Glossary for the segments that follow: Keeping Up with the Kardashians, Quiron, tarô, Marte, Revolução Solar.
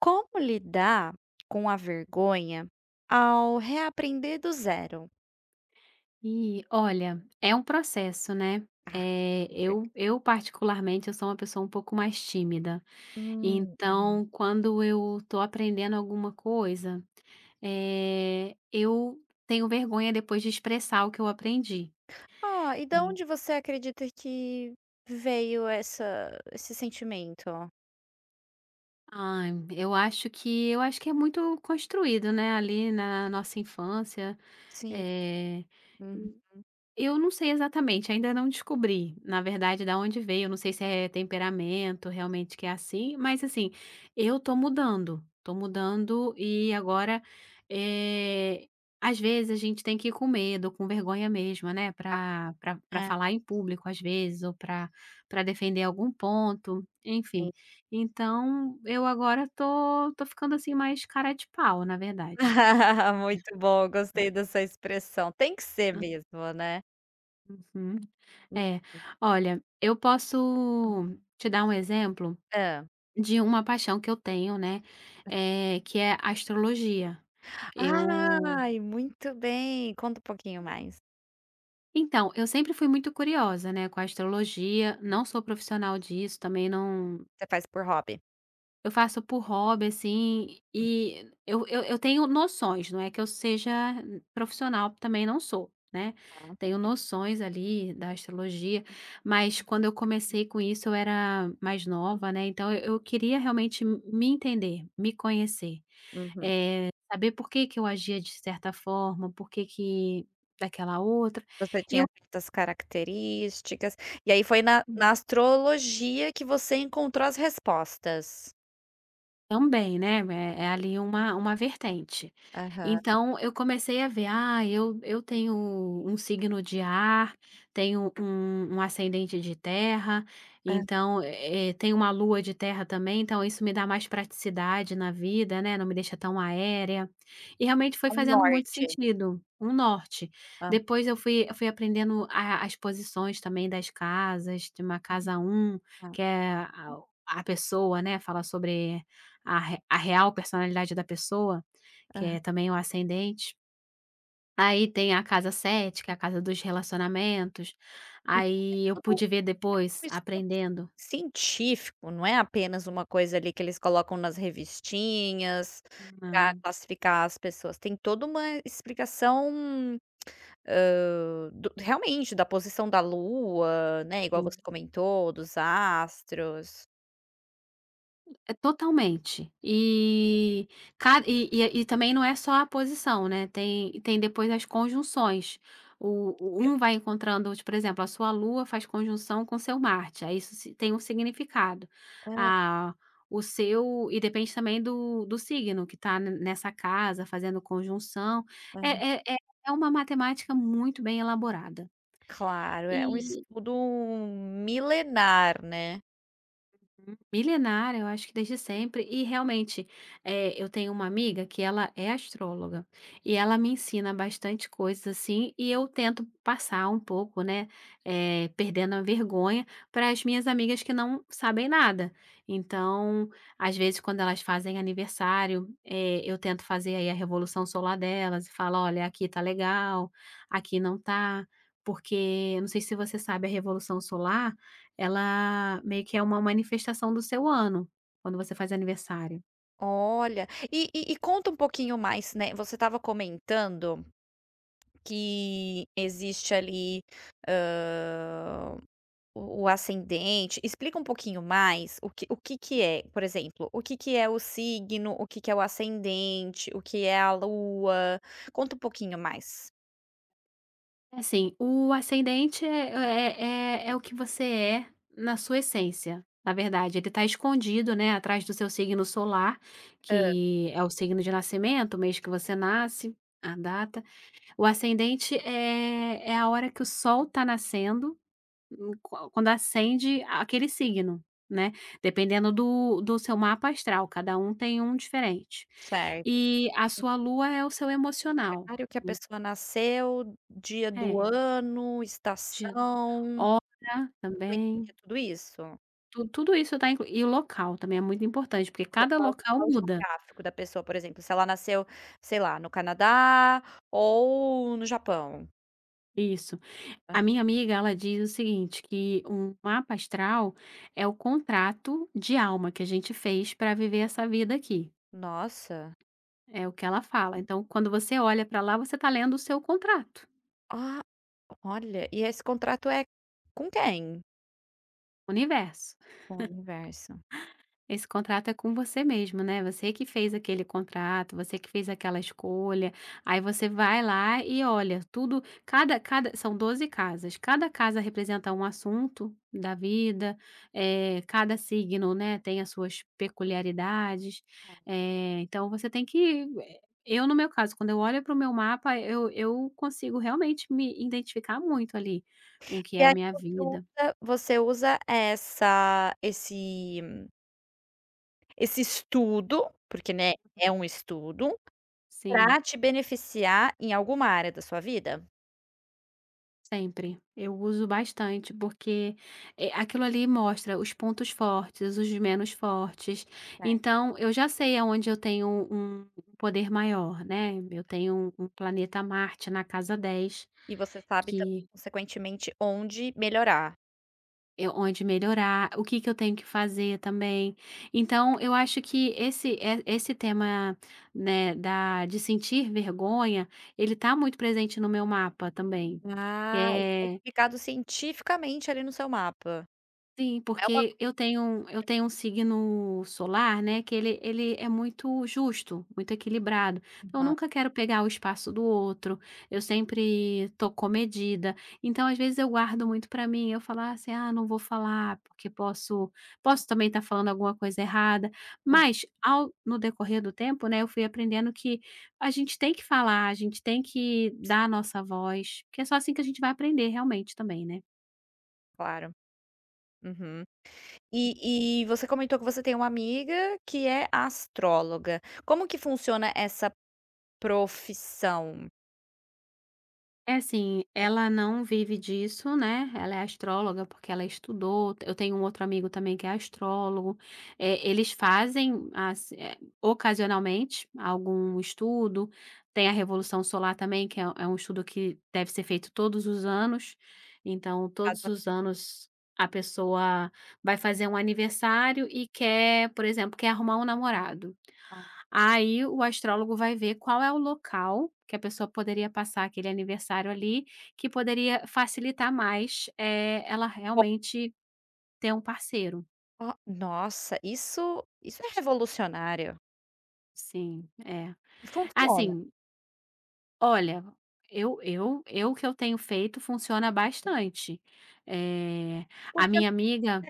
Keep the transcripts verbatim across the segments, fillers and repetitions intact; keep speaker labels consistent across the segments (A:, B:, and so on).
A: Como lidar com a vergonha ao reaprender do zero?
B: E olha, é um processo, né.
A: Ah,
B: Eh,
A: com
B: eu
A: certeza.
B: eu particularmente, eu sou uma pessoa um pouco mais tímida,
A: Hum, aham.
B: então quando eu tô aprendendo alguma coisa, eh, eu tenho vergonha depois de expressar o que eu aprendi.
A: Ó, e da
B: Sim.
A: onde você acredita que veio essa esse sentimento?
B: Ai, eu acho que eu acho que é muito construído, né, ali na nossa infância,
A: Sim.
B: eh
A: Uhum.
B: Eu não sei exatamente, ainda não descobri, na verdade, da onde veio, eu não sei se é temperamento, realmente que é assim, mas assim, eu tô mudando, tô mudando e agora, eh, às vezes a gente tem que ir com medo, com vergonha mesmo, né, Para para pra
A: É.
B: falar em público às vezes ou para para defender algum ponto, enfim.
A: Sim.
B: Então eu agora tô tô ficando assim mais cara de pau, na verdade.
A: Muito bom, gostei dessa expressão. Tem que ser mesmo, né.
B: Uhum. É,
A: Uhum.
B: olha, eu posso te dar um exemplo
A: Hã.
B: de uma paixão que eu tenho, né, é que é a astrologia. Eu
A: Ai, muito bem. Conta um pouquinho mais.
B: então, eu sempre fui muito curiosa, né, com a astrologia, não sou profissional disso, também não
A: Você faz por hobby?
B: Eu faço por hobby, assim, e eu eu eu tenho noções, não é que eu seja profissional, também não sou, né.
A: Uhum.
B: Tenho noções ali da astrologia, mas quando eu comecei com isso eu era mais nova, né, então eu eu queria realmente me entender, me conhecer,
A: Uhum.
B: eh, saber por que que eu agia de certa forma, por que que daquela outra.
A: Você
B: E
A: tinha
B: eu
A: certas características, e aí foi na na astrologia que você encontrou as respostas.
B: também, né, é é ali uma uma vertente.
A: Aham.
B: Então eu comecei a ver, ah, eu eu tenho um signo de ar, tenho um um ascendente de terra, então, eh, tenho uma lua de terra também, então isso me dá mais praticidade na vida, né, não me deixa tão aérea. E realmente foi
A: É um
B: fazendo muito
A: norte.
B: sentido, um norte.
A: Aham,
B: Depois eu fui eu fui aprendendo a as posições também das casas, de uma casa um que é a a pessoa, né, fala sobre a re a real personalidade da pessoa, que
A: aham.
B: é também o ascendente. Aí tem a casa sete que é a casa dos relacionamentos.
A: Então é
B: Aí eu
A: todo
B: pude ver depois,
A: um estudo
B: aprendendo.
A: científico, não é apenas uma coisa ali que eles colocam nas revistinhas para
B: Não.
A: classificar as pessoas, tem toda uma explicação, hã, do realmente, da posição da lua, né, igual você comentou, dos astros.
B: É totalmente. E ca e e e também não é só a posição, né, tem tem depois as conjunções. O o um vai encontrando tipo, por exemplo, a sua Lua faz conjunção com seu Marte, aí isso si tem um significado.
A: Eu é,
B: Ah, o seu e depende também do do signo que está nessa casa fazendo conjunção. É
A: é.
B: é é é uma matemática muito bem elaborada.
A: Claro, é um
B: E
A: estudo milenar, né.
B: milenar, eu acho que desde sempre. E realmente, eh, eu tenho uma amiga que ela é astróloga e ela me ensina bastante coisas assim, e eu tento passar um pouco, né? eh, perdendo a vergonha para as minhas amigas que não sabem nada. Então, às vezes, quando elas fazem aniversário, eh, eu tento fazer aí a revolução solar delas e falo: olha, aqui tá legal, aqui não tá. Porque, não sei se você sabe, a Revolução Solar ela meio que é uma manifestação do seu ano, quando você faz aniversário.
A: Olha, e e e conta um pouquinho mais, né, você estava comentando que existe ali, O o ascendente, explica um pouquinho mais o que o que que é, por exemplo, o que que é o signo, o que que é o ascendente, o que é a lua. Conta um pouquinho mais.
B: É assim, o ascendente é é é é o que você é na sua essência, na verdade. Ele está escondido, né, atrás do seu signo solar, que é o signo de nascimento, o mês que você nasce, a data. O ascendente é é a hora que o sol está nascendo Hum, qua quando ascende aquele signo, né, dependendo do do seu mapa astral, cada um tem um diferente.
A: Certo.
B: E a sua lua é o seu emocional.
A: Horário que a
B: Hum,
A: pessoa nasceu, dia do
B: é,
A: ano,
B: dia,
A: estação,
B: hora também,
A: conhecia tudo isso?
B: tu tudo isso tá inclu e o local também é muito importante, porque
A: O
B: cada
A: local,
B: local
A: local
B: muda.
A: geográfico da pessoa, por exemplo, se ela nasceu, sei lá, no Canadá ou no Japão.
B: Isso. A minha amiga, ela diz o seguinte, que um mapa astral é o contrato de alma que a gente fez para viver essa vida aqui.
A: Nossa,
B: É o que ela fala. Então, quando você olha para lá, você está lendo o seu contrato,
A: ah, olha, e esse contrato é com quem?
B: o universo.
A: O universo.
B: Esse contrato é com você mesmo, né, você que fez aquele contrato, você que fez aquela escolha, aí você vai lá e olha tudo cada cada são doze casas, cada casa representa um assunto da vida, eh, cada signo, né, tem as suas peculiaridades, eh, então você tem que eh, eu no meu caso, quando eu olho para o meu mapa, eu eu consigo realmente me identificar muito ali, com o que
A: E
B: é a
A: aí
B: minha
A: você
B: vida.
A: usa, você usa essa esse esse estudo, porque, né, é um estudo,
B: Sim.
A: para te beneficiar em alguma área da sua vida.
B: Sempre. Eu uso bastante, porque, eh, aquilo ali mostra os pontos fortes, os menos fortes.
A: Certo.
B: Então, eu já sei aonde eu tenho um um poder maior, né. Eu tenho um planeta Marte na casa dez
A: E você sabe também,
B: que
A: consequentemente, onde melhorar.
B: é onde melhorar, o que que eu tenho que fazer também. Então, eu acho que esse e esse tema, né, da de sentir vergonha, ele tá muito presente no meu mapa também.
A: Ah, isso é
B: Eh
A: explicado cientificamente ali no seu mapa.
B: Sim,
A: É uma,
B: porque eu tenho um eu tenho um signo solar, né, que ele ele é muito justo, muito equilibrado. Então eu
A: aham,
B: nunca quero pegar o espaço do outro, eu sempre tô comedida. Então, às vezes, eu guardo muito pra mim, eu falo "Ah, assim: "Ah, não vou falar, porque posso posso também estar falando alguma coisa errada".
A: ah,
B: Mas ao no decorrer do tempo, né, eu fui aprendendo que a gente tem que falar, a gente tem que dar a nossa voz, que é só assim que a gente vai aprender realmente também, né.
A: claro. Uhum. E e você comentou que você tem uma amiga que é astróloga. Como que funciona essa profissão?
B: É assim, ela não vive disso, né, ela é astróloga, porque ela estudou, eu tenho um outro amigo também que é astrólogo, eh, eles fazem as eh, ocasionalmente algum estudo, tem a revolução solar também, que é é um estudo que deve ser feito todos os anos, então todos os anos a pessoa vai fazer um aniversário e quer, por exemplo, quer arrumar um namorado.
A: Ah,
B: Aí o astrólogo vai ver qual é o local que a pessoa poderia passar aquele aniversário ali, que poderia facilitar mais, eh, ela
A: po,
B: realmente ter um parceiro.
A: ah, nossa, isso isso é revolucionário.
B: Sim, é.
A: E funciona,
B: Assim, olha, eu eu eu que eu tenho feito funciona bastante. Eh, a
A: porque
B: minha
A: não,
B: amiga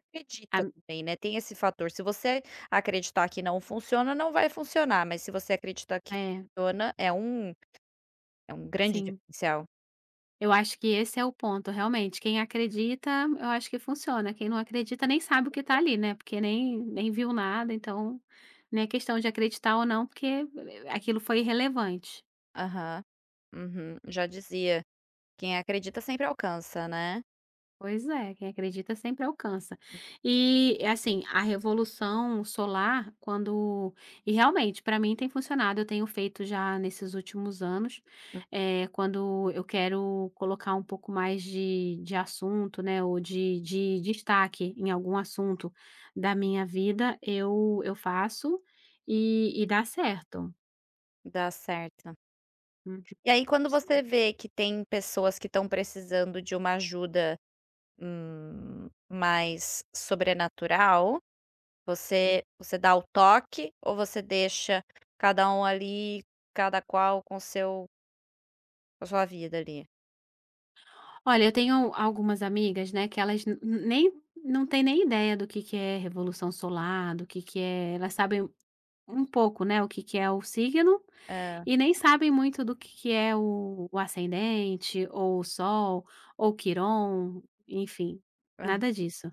B: a
A: acredita também, né, tem esse fator, se você acreditar que não funciona, não vai funcionar, mas se você acreditar que
B: é,
A: funciona, é um, é um grande
B: sim.
A: diferencial.
B: Eu acho que esse é o ponto, realmente. Quem acredita, eu acho que funciona. Quem não acredita nem sabe o que está ali, né, porque nem nem viu nada, então, não é questão de acreditar ou não, porque eh, aquilo foi irrelevante.
A: Aham. Uhum. Já dizia: "Quem acredita sempre alcança", né.
B: Pois é, quem acredita sempre alcança. E é assim, a revolução solar, quando. E realmente, para mim tem funcionado, eu tenho feito já nesses últimos anos, eh, quando eu quero colocar um pouco mais de, de assunto, né, ou de, de destaque em algum assunto da minha vida, eu, eu faço e, e dá certo.
A: Dá certo.
B: Uhum.
A: E aí quando você vê que tem pessoas que estão precisando de uma ajuda, hum, mais sobrenatural, você, você dá o toque ou você deixa cada um ali, cada qual com seu, com a sua vida ali?
B: Olha, eu tenho algumas amigas, né, que elas n n nem não têm nem ideia do que que é revolução solar, do que que é elas sabem um pouco, né, o que que é o signo
A: É,
B: e nem sabem muito do que que é o o ascendente, ou o sol, ou o quiron, enfim,
A: aham.
B: nada disso.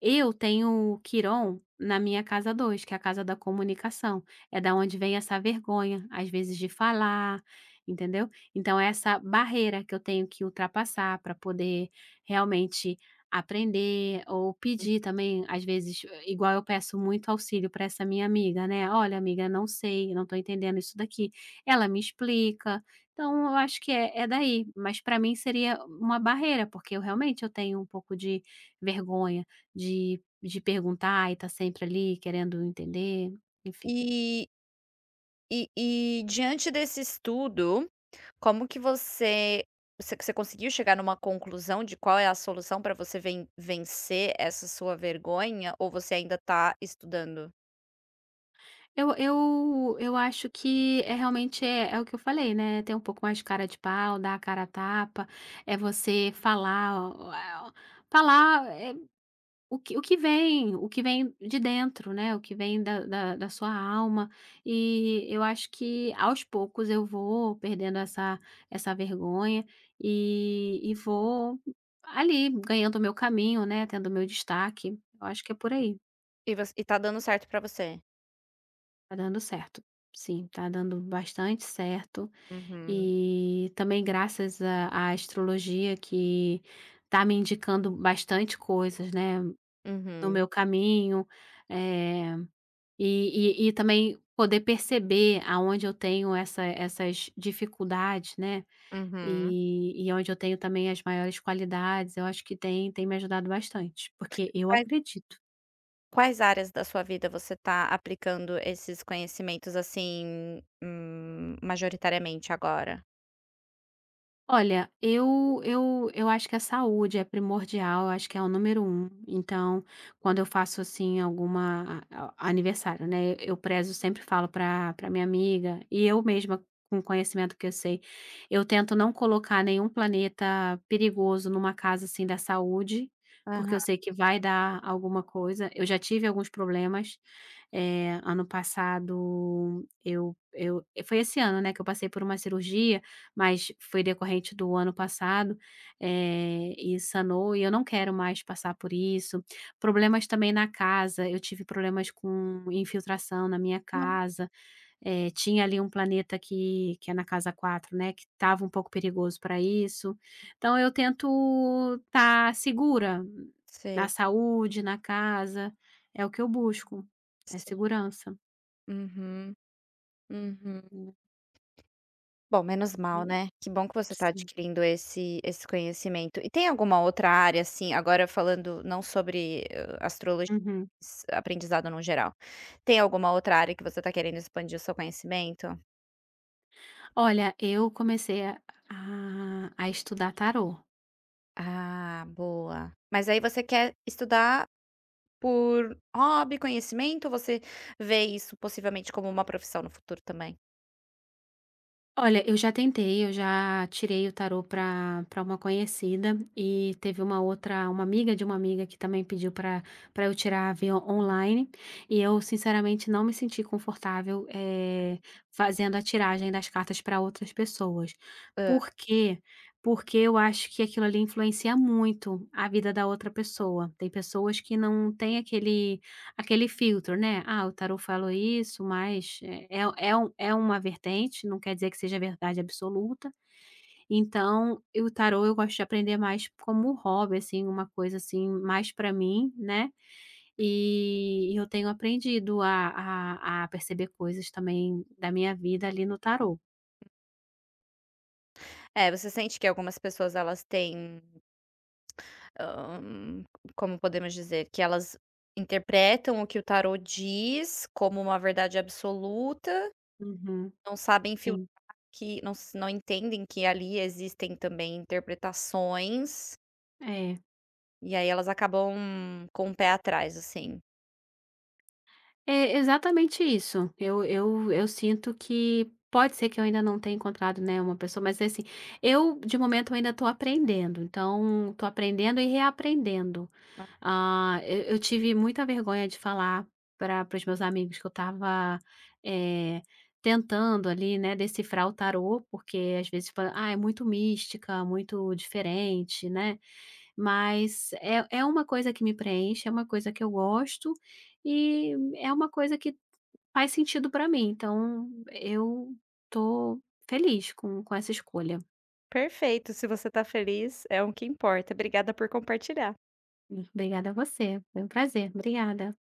B: Eu tenho o quiron na minha casa dois que é a casa da comunicação, é da onde vem essa vergonha, às vezes, de falar, entendeu. Então é essa barreira que eu tenho que ultrapassar para poder realmente aprender ou pedir também, às vezes, igual eu peço muito auxílio para essa minha amiga, né: "Olha, amiga, não sei, não estou entendendo isso daqui". Ela me explica. Então eu acho que é é daí, mas para mim seria uma barreira, porque eu realmente eu tenho um pouco de vergonha de de perguntar e tá sempre ali querendo entender, enfim.
A: E e e diante desse estudo, como que você, você você conseguiu chegar numa conclusão de qual é a solução para você ven vencer essa sua vergonha ou você ainda tá estudando?
B: Eu eu eu acho que é realmente é é o que eu falei, né, ter um pouco mais de cara de pau, dar a cara a tapa, é você falar, ó, ó, falar é, O que o que vem o que vem de dentro, né, o que vem da da da sua alma, e eu acho que aos poucos eu vou perdendo essa essa vergonha, e e vou ali ganhando o meu caminho, né, tendo o meu destaque, eu acho que é por aí,
A: E voc, e tá dando certo para você?
B: tá dando certo. Sim, tá dando bastante certo,
A: Uhum.
B: e também graças à à astrologia que tá me indicando bastante coisas, né, no
A: Uhum.
B: meu caminho, eh E e e também poder perceber aonde eu tenho essa essas dificuldades, né,
A: Uhum.
B: e e onde eu tenho também as maiores qualidades, eu acho que tem tem me ajudado bastante, porque eu acredito.
A: Quais áreas da sua vida você está aplicando esses conhecimentos, assim, hum, majoritariamente agora?
B: Olha, eu eu eu acho que a saúde é primordial, eu acho que é o número um. Então, quando eu faço, assim, alguma a a aniversário, né, eu prezo sempre falo para para minha amiga e eu mesma, com o conhecimento que eu sei, eu tento não colocar nenhum planeta perigoso numa casa, assim, da saúde, porque eu
A: Aham.
B: sei que vai dar alguma coisa. Eu já tive alguns problemas, eh, ano passado eu eu foi esse ano, né, que eu passei por uma cirurgia mas foi decorrente do ano passado, eh, e sanou, e eu não quero mais passar por isso. Problemas também na casa, eu tive problemas com infiltração na minha
A: Não.
B: casa, eh, tinha ali um planeta que que é na casa quatro, né, que estava um pouco perigoso para isso. Então eu tento estar segura na
A: Sei,
B: saúde, na casa, é o que eu busco, é
A: sei.
B: segurança.
A: Uhum, uhum.
B: Hum,
A: Bom, menos mal, né. Que bom que você está
B: Sim.
A: adquirindo esse esse conhecimento. E tem alguma outra área, assim, agora falando não sobre, hã, astrologia,
B: Uhum.
A: mas aprendizado no geral. Tem alguma outra área que você está querendo expandir o seu conhecimento?
B: Olha, eu comecei a a a estudar tarô.
A: Ah, boa. Mas aí você quer estudar por hobby, conhecimento, ou você vê isso possivelmente como uma profissão no futuro também?
B: Olha, eu já tentei, eu já tirei o tarô para para uma conhecida e teve uma outra uma amiga de uma amiga que também pediu para para eu tirar via online, e eu sinceramente não me senti confortável, eh, fazendo a tiragem das cartas para outras pessoas.
A: Hã.
B: Por quê? Porque eu acho que aquilo ali influencia muito a vida da outra pessoa. Tem pessoas que não têm aquele Aquele filtro, né, "Ah, o tarô falou isso, mas é é é um é uma vertente, não quer dizer que seja verdade absoluta". Então, e o tarô eu gosto de aprender mais como hobby, assim, uma coisa, assim, mais para mim, né, e eu tenho aprendido a a a perceber coisas também da minha vida ali no tarô.
A: É, você sente que algumas pessoas elas têm, hã, como podemos dizer, que elas interpretam o que o tarô diz como uma verdade absoluta,
B: Uhum,
A: não sabem filtrar,
B: sim,
A: que não s, não entendem que ali existem também interpretações,
B: é.
A: e aí elas acabam com o pé atrás, assim.
B: É exatamente isso. Eu eu eu sinto que pode ser que eu ainda não tenha encontrado, né, uma pessoa, mas assim, eu de momento eu ainda estou aprendendo, então estou aprendendo e reaprendendo.
A: Ah,
B: Ah, eu eu tive muita vergonha de falar para para os meus amigos que eu estava, eh, tentando ali, né, decifrar o tarô, porque às vezes fala: "Ah, é muito mística, muito diferente", né. Mas é é uma coisa que me preenche, é uma coisa que eu gosto e é uma coisa que faz sentido para mim, então eu tô feliz com com essa escolha.
A: perfeito, se você tá feliz, é o que importa. Obrigada por compartilhar.
B: Obrigada a você, foi um prazer. Obrigada.